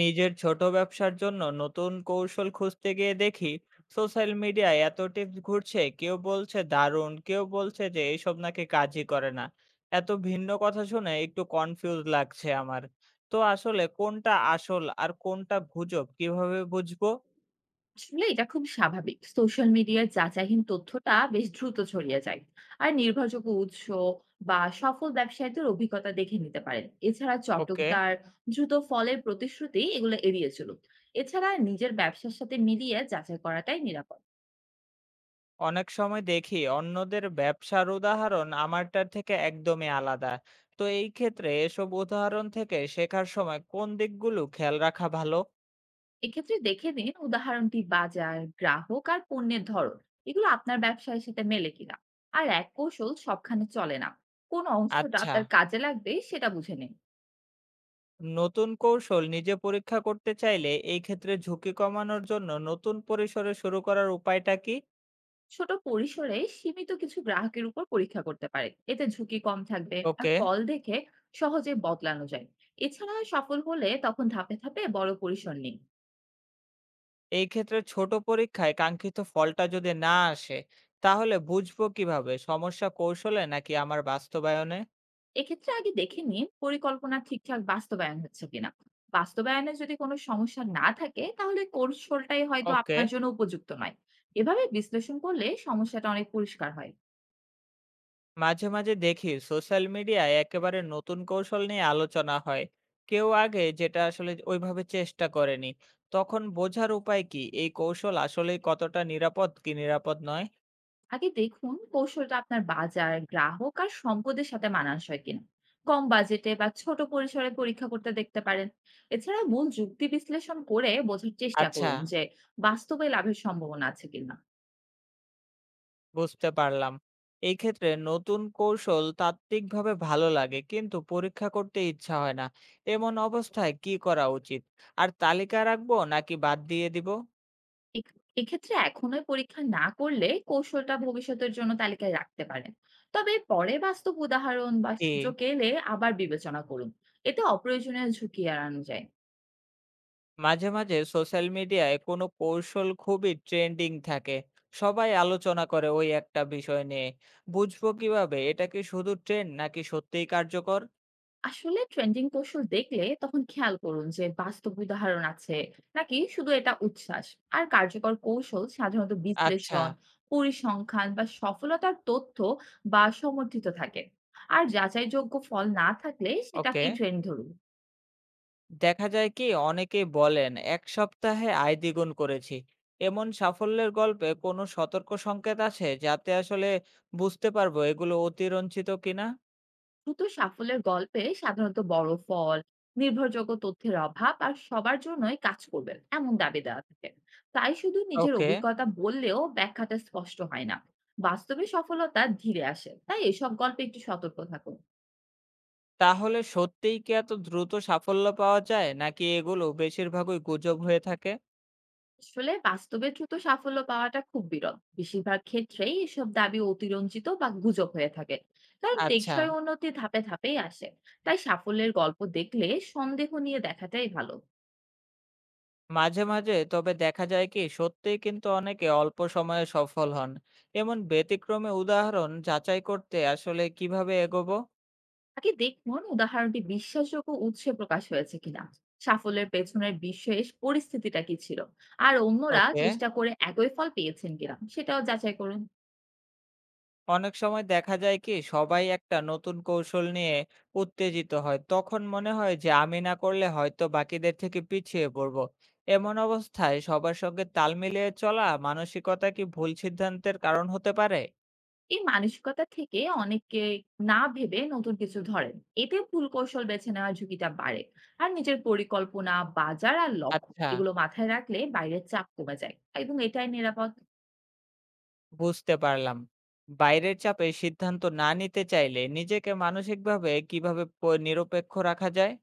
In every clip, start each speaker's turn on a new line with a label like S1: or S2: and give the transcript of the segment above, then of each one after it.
S1: নিজের ছোট ব্যবসার জন্য নতুন কৌশল খুঁজতে গিয়ে দেখি সোশ্যাল মিডিয়ায় এত টিপস ঘুরছে। কেউ বলছে দারুণ, কেউ বলছে যে এইসব নাকি কাজই করে না। এত ভিন্ন কথা শুনে একটু কনফিউজ লাগছে আমার। তো আসলে কোনটা আসল আর কোনটা গুজব, কিভাবে বুঝবো?
S2: আসলে এটা খুব স্বাভাবিক। সোশ্যাল মিডিয়ার যাচাইহীন তথ্যটা বেশ দ্রুত ছড়িয়ে যায়। আর নির্ভরযোগ্য উৎস বা সফল ব্যবসায়ীদের অভিজ্ঞতা দেখে নিতে পারেন। এছাড়া
S1: ওকে।
S2: চটকদার দ্রুত ফলের প্রতিশ্রুতি এগুলো এড়িয়ে চলুন। এছাড়া নিজের ব্যবসার সাথে মিলিয়ে যাচাই করাটাই নিরাপদ।
S1: অনেক সময় দেখি অন্যদের ব্যবসার উদাহরণ আমারটার থেকে একদমই আলাদা। তো এই ক্ষেত্রে এসব উদাহরণ থেকে শেখার সময় কোন দিকগুলো খেয়াল রাখা ভালো?
S2: এক্ষেত্রে দেখে নিন উদাহরণটি বাজার, গ্রাহক আর পণ্যের ধরন এগুলো আপনার ব্যবসায়ের সাথে মেলে কিনা। আর এক কৌশল সবখানে চলে না, কোন অংশটা
S1: আচ্ছা।
S2: আপনার কাজে লাগবে সেটা বুঝে নিন।
S1: নতুন কৌশল নিজে পরীক্ষা করতে চাইলে এই ক্ষেত্রে ঝুঁকি কমানোর জন্য নতুন পরিসরে শুরু করার উপায়টা কি?
S2: ছোট পরিসরে সীমিত কিছু গ্রাহকের উপর পরীক্ষা করতে পারে, এতে ঝুঁকি কম থাকবে আর
S1: ওকে।
S2: ফল দেখে সহজে বদলানো যায়। এছাড়া সফল হলে তখন ধাপে ধাপে বড় পরিসর নিন।
S1: এই ক্ষেত্রে ছোট পরীক্ষায় কাঙ্ক্ষিত ফলটা যদি না আসে, তাহলে বুঝবো কিভাবে সমস্যা কৌশলে নাকি আমার বাস্তবায়নে?
S2: এক্ষেত্রে আগে দেখে নিন পরিকল্পনা ঠিকঠাক বাস্তবায়ন হচ্ছে কিনা। বাস্তবায়নে যদি কোনো সমস্যা না থাকে, তাহলে কৌশলটাই হয়তো
S1: ওকে।
S2: আপনার জন্য উপযুক্ত নয়। এভাবে বিশ্লেষণ করলে সমস্যাটা অনেক পরিষ্কার হয়।
S1: মাঝে মাঝে দেখি সোশ্যাল মিডিয়ায় একেবারে নতুন কৌশল নিয়ে আলোচনা হয়, কেউ আগে যেটা আসলে ওইভাবে চেষ্টা করেনি। তখন বোঝার উপায় কি, এই কৌশল আসলে কতটা নিরাপদ কি নিরাপদ নয়?
S2: আগে দেখুন কৌশলটা আপনার বাজার, গ্রাহক আর সম্পদের সাথে মানানসই কিনা। কম বাজেটে বা ছোট পরিসরে পরীক্ষা করতে দেখতে পারেন। এছাড়া মূল যুক্তি বিশ্লেষণ করে বোঝার চেষ্টা
S1: আচ্ছা,
S2: করুন যে বাস্তবে লাভের সম্ভাবনা আছে কিনা।
S1: বুঝতে পারলাম। এই ক্ষেত্রে নতুন কৌশল তাত্ত্বিকভাবে ভালো লাগে কিন্তু পরীক্ষা করতে ইচ্ছা হয় না। এমন অবস্থায় কি করা উচিত? আর তালিকা রাখবো নাকি বাদ দিয়ে দিব?
S2: এ- এক্ষেত্রে এখনোই পরীক্ষা না করলে কৌশলটা ভবিষ্যতের জন্য তালিকায় রাখতে পারেন। তবে পরে বাস্তব উদাহরণ বা
S1: জি।
S2: সুযোগ এলে আবার বিবেচনা করুন। এতে অপ্রয়োজনীয় ঝুঁকি এড়ানো যায়।
S1: মাঝে মাঝে সোশ্যাল মিডিয়ায় কোনো কৌশল খুবই ট্রেন্ডিং থাকে। সবাই আলোচনা করে ওই একটা বিষয় নিয়ে। বুঝবো কিভাবে এটা কি শুধু ট্রেন্ড নাকি সত্যিই কার্যকর?
S2: আসলে ট্রেন্ডিং কৌশল দেখলে তখন খেয়াল করুন যে বাস্তব উদাহরণ আছে নাকি শুধু এটা উচ্ছ্বাস। আর কার্যকর কৌশল সাধারণত
S1: আচ্ছা।
S2: বিশ্লেষণ, পরিসংখ্যান বা সফলতার তথ্য বা সমর্থিত থাকে। আর যাচাইযোগ্য ফল না থাকলে
S1: ওকে।
S2: সেটাকেই ট্রেন্ড ধরুন।
S1: দেখা যায় কি অনেকেই বলেন এক সপ্তাহে আয় দ্বিগুণ করেছি। এমন সাফল্যের গল্পে কোনো সতর্ক সংকেত আছে যাতে আসলে বুঝতে পারবো এগুলো অতিরঞ্ছিত কিনা?
S2: দ্রুত সাফল্যের গল্পে সাধারণত বড় ফল, নির্ভরযোগ্য তথ্যের অভাব আর সবার জন্যই কাজ করবেন এমন দাবি দেওয়া থাকে। তাই শুধু নিজের
S1: ওকে।
S2: অভিজ্ঞতা বললেও ব্যাখ্যাটা স্পষ্ট হয় না। বাস্তবে সফলতা ধীরে আসে, তাই এসব গল্পে একটু সতর্ক থাকুন।
S1: তাহলে সত্যিই কি এত দ্রুত সাফল্য পাওয়া যায়, নাকি এগুলো বেশিরভাগই গুজব হয়ে থাকে?
S2: আসলে বাস্তবে দ্রুত সাফল্য পাওয়াটা খুব বিরল, বেশিরভাগ ক্ষেত্রেই এসব দাবি অতিরঞ্জিত বা গুজব হয়ে থাকে। কারণ
S1: আচ্ছা।
S2: টেকসই উন্নতি ধাপে ধাপেই আসে। তাই সাফল্যের গল্প দেখলে সন্দেহ নিয়ে দেখাটাই ভালো।
S1: মাঝে মাঝে তবে দেখা যায় কি সত্যিই কিন্তু অনেকে অল্প সময়ে সফল হন। এমন ব্যতিক্রমে উদাহরণ যাচাই করতে আসলে কিভাবে এগোবো?
S2: আগে দেখুন উদাহরণটি বিশ্বাসযোগ্য উৎসে প্রকাশ হয়েছে কিনা, সাফল্যের পেছনের বিশেষ পরিস্থিতিটা কি ছিল, আর অন্যরা
S1: ওকে।
S2: চেষ্টা করে একই ফল পেয়েছেন কিনা সেটাও যাচাই করুন।
S1: অনেক সময় দেখা যায় কি সবাই একটা নতুন কৌশল নিয়ে উত্তেজিত হয়, তখন মনে হয় যে আমি না করলে হয়তো বাকিদের থেকে পিছিয়ে পড়ব। এমন অবস্থায় সবার সঙ্গে তাল মিলিয়ে চলা মানসিকতা কি ভুল সিদ্ধান্তের কারণ হতে পারে?
S2: এই মানসিকতা থেকে অনেকে না ভেবে নতুন কিছু ধরেন, এতে ভুল কৌশল বেছে নেওয়ার ঝুঁকিটা বাড়ে। আর নিজের পরিকল্পনা, বাজার আর লক্ষ্য
S1: আচ্ছা,
S2: এগুলো মাথায় রাখলে বাইরের চাপ কমে যায় এবং এটাই নিরাপদ।
S1: বুঝতে পারলাম। বাইরের চাপে সিদ্ধান্ত না নিতে চাইলে নিজেকে মানসিকভাবে কিভাবে নিরপেক্ষ রাখা যায়?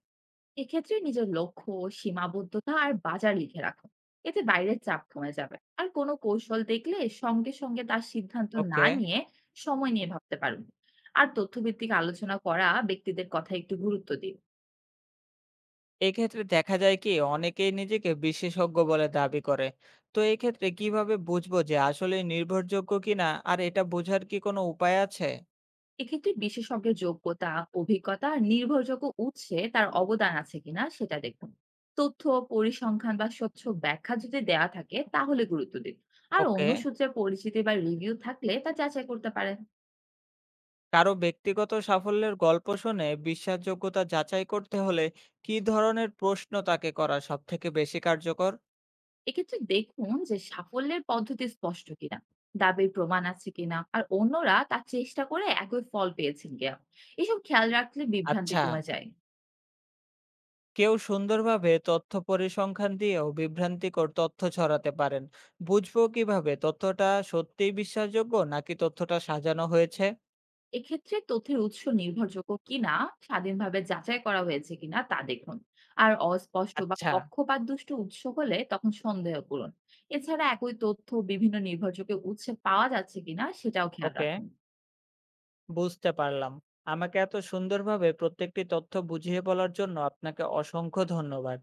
S2: এক্ষেত্রে নিজের লক্ষ্য, সীমাবদ্ধতা আর বাজার লিখে রাখুন। এতে বাইরের চাপ কমে যাবে। আর কোনো কৌশল দেখলে সঙ্গে সঙ্গে তার সিদ্ধান্ত না
S1: ওকে।
S2: নিয়ে সময় নিয়ে ভাবতে পারুন। আর তথ্যভিত্তিক আলোচনা করা ব্যক্তিদের কথা একটু গুরুত্ব দিন।
S1: এক্ষেত্রে দেখা যায় কি অনেকেই নিজেকে বিশেষজ্ঞ বলে দাবি করে। তো এক্ষেত্রে কিভাবে বুঝবো যে আসলে নির্ভরযোগ্য কিনা? আর এটা বোঝার কি কোনো উপায় আছে?
S2: এক্ষেত্রে বিশেষজ্ঞের যোগ্যতা, অভিজ্ঞতা আর নির্ভরযোগ্য উৎসে তার অবদান আছে কিনা সেটা দেখুন। তথ্য, পরিসংখ্যান বা স্বচ্ছ ব্যাখ্যা যদি দেয়া থাকে তাহলে গুরুত্ব দিন। আর
S1: ওকে।
S2: অন্য সূত্রে পরিচিতি বা রিভিউ থাকলে তা যাচাই করতে পারেন।
S1: কারো ব্যক্তিগত সাফল্যের গল্প শুনে বিশ্বাসযোগ্যতা যাচাই করতে হলে কি ধরনের প্রশ্ন তাকে করা সব থেকে বেশি কার্যকর?
S2: এক্ষেত্রে দেখুন যে সাফল্যের পদ্ধতি স্পষ্ট কিনা, দাবির প্রমাণ আছে কিনা আর অন্যরা তার চেষ্টা করে একই ফল পেয়েছেন কিনা। এসব খেয়াল রাখলে বিভ্রান্তি
S1: আচ্ছা।
S2: কমে যায়।
S1: কেউ সুন্দরভাবে তথ্য পরিসংখ্যান দিয়েও বিভ্রান্তিকর তথ্য ছড়াতে পারেন। বুঝবো কিভাবে তথ্যটা সত্যিই বিশ্বাসযোগ্য নাকি তথ্যটা সাজানো হয়েছে?
S2: এক্ষেত্রে তথ্যের উৎস নির্ভরযোগ্য কিনা, স্বাধীনভাবে যাচাই করা হয়েছে কিনা তা দেখুন। আর অস্পষ্ট বা
S1: আচ্ছা।
S2: পক্ষপাত দুষ্ট উৎস হলে তখন সন্দেহ করুন। এছাড়া একই তথ্য বিভিন্ন নির্ভরযোগ্য উৎসে পাওয়া যাচ্ছে কিনা সেটাও খেয়াল
S1: ওকে,
S2: রাখুন।
S1: বুঝতে পারলাম। আমাকে এত সুন্দরভাবে প্রত্যেকটি তথ্য বুঝিয়ে বলার জন্য আপনাকে অসংখ্য ধন্যবাদ।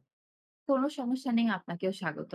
S2: কোনো সমস্যা নেই, আপনাকেও স্বাগত।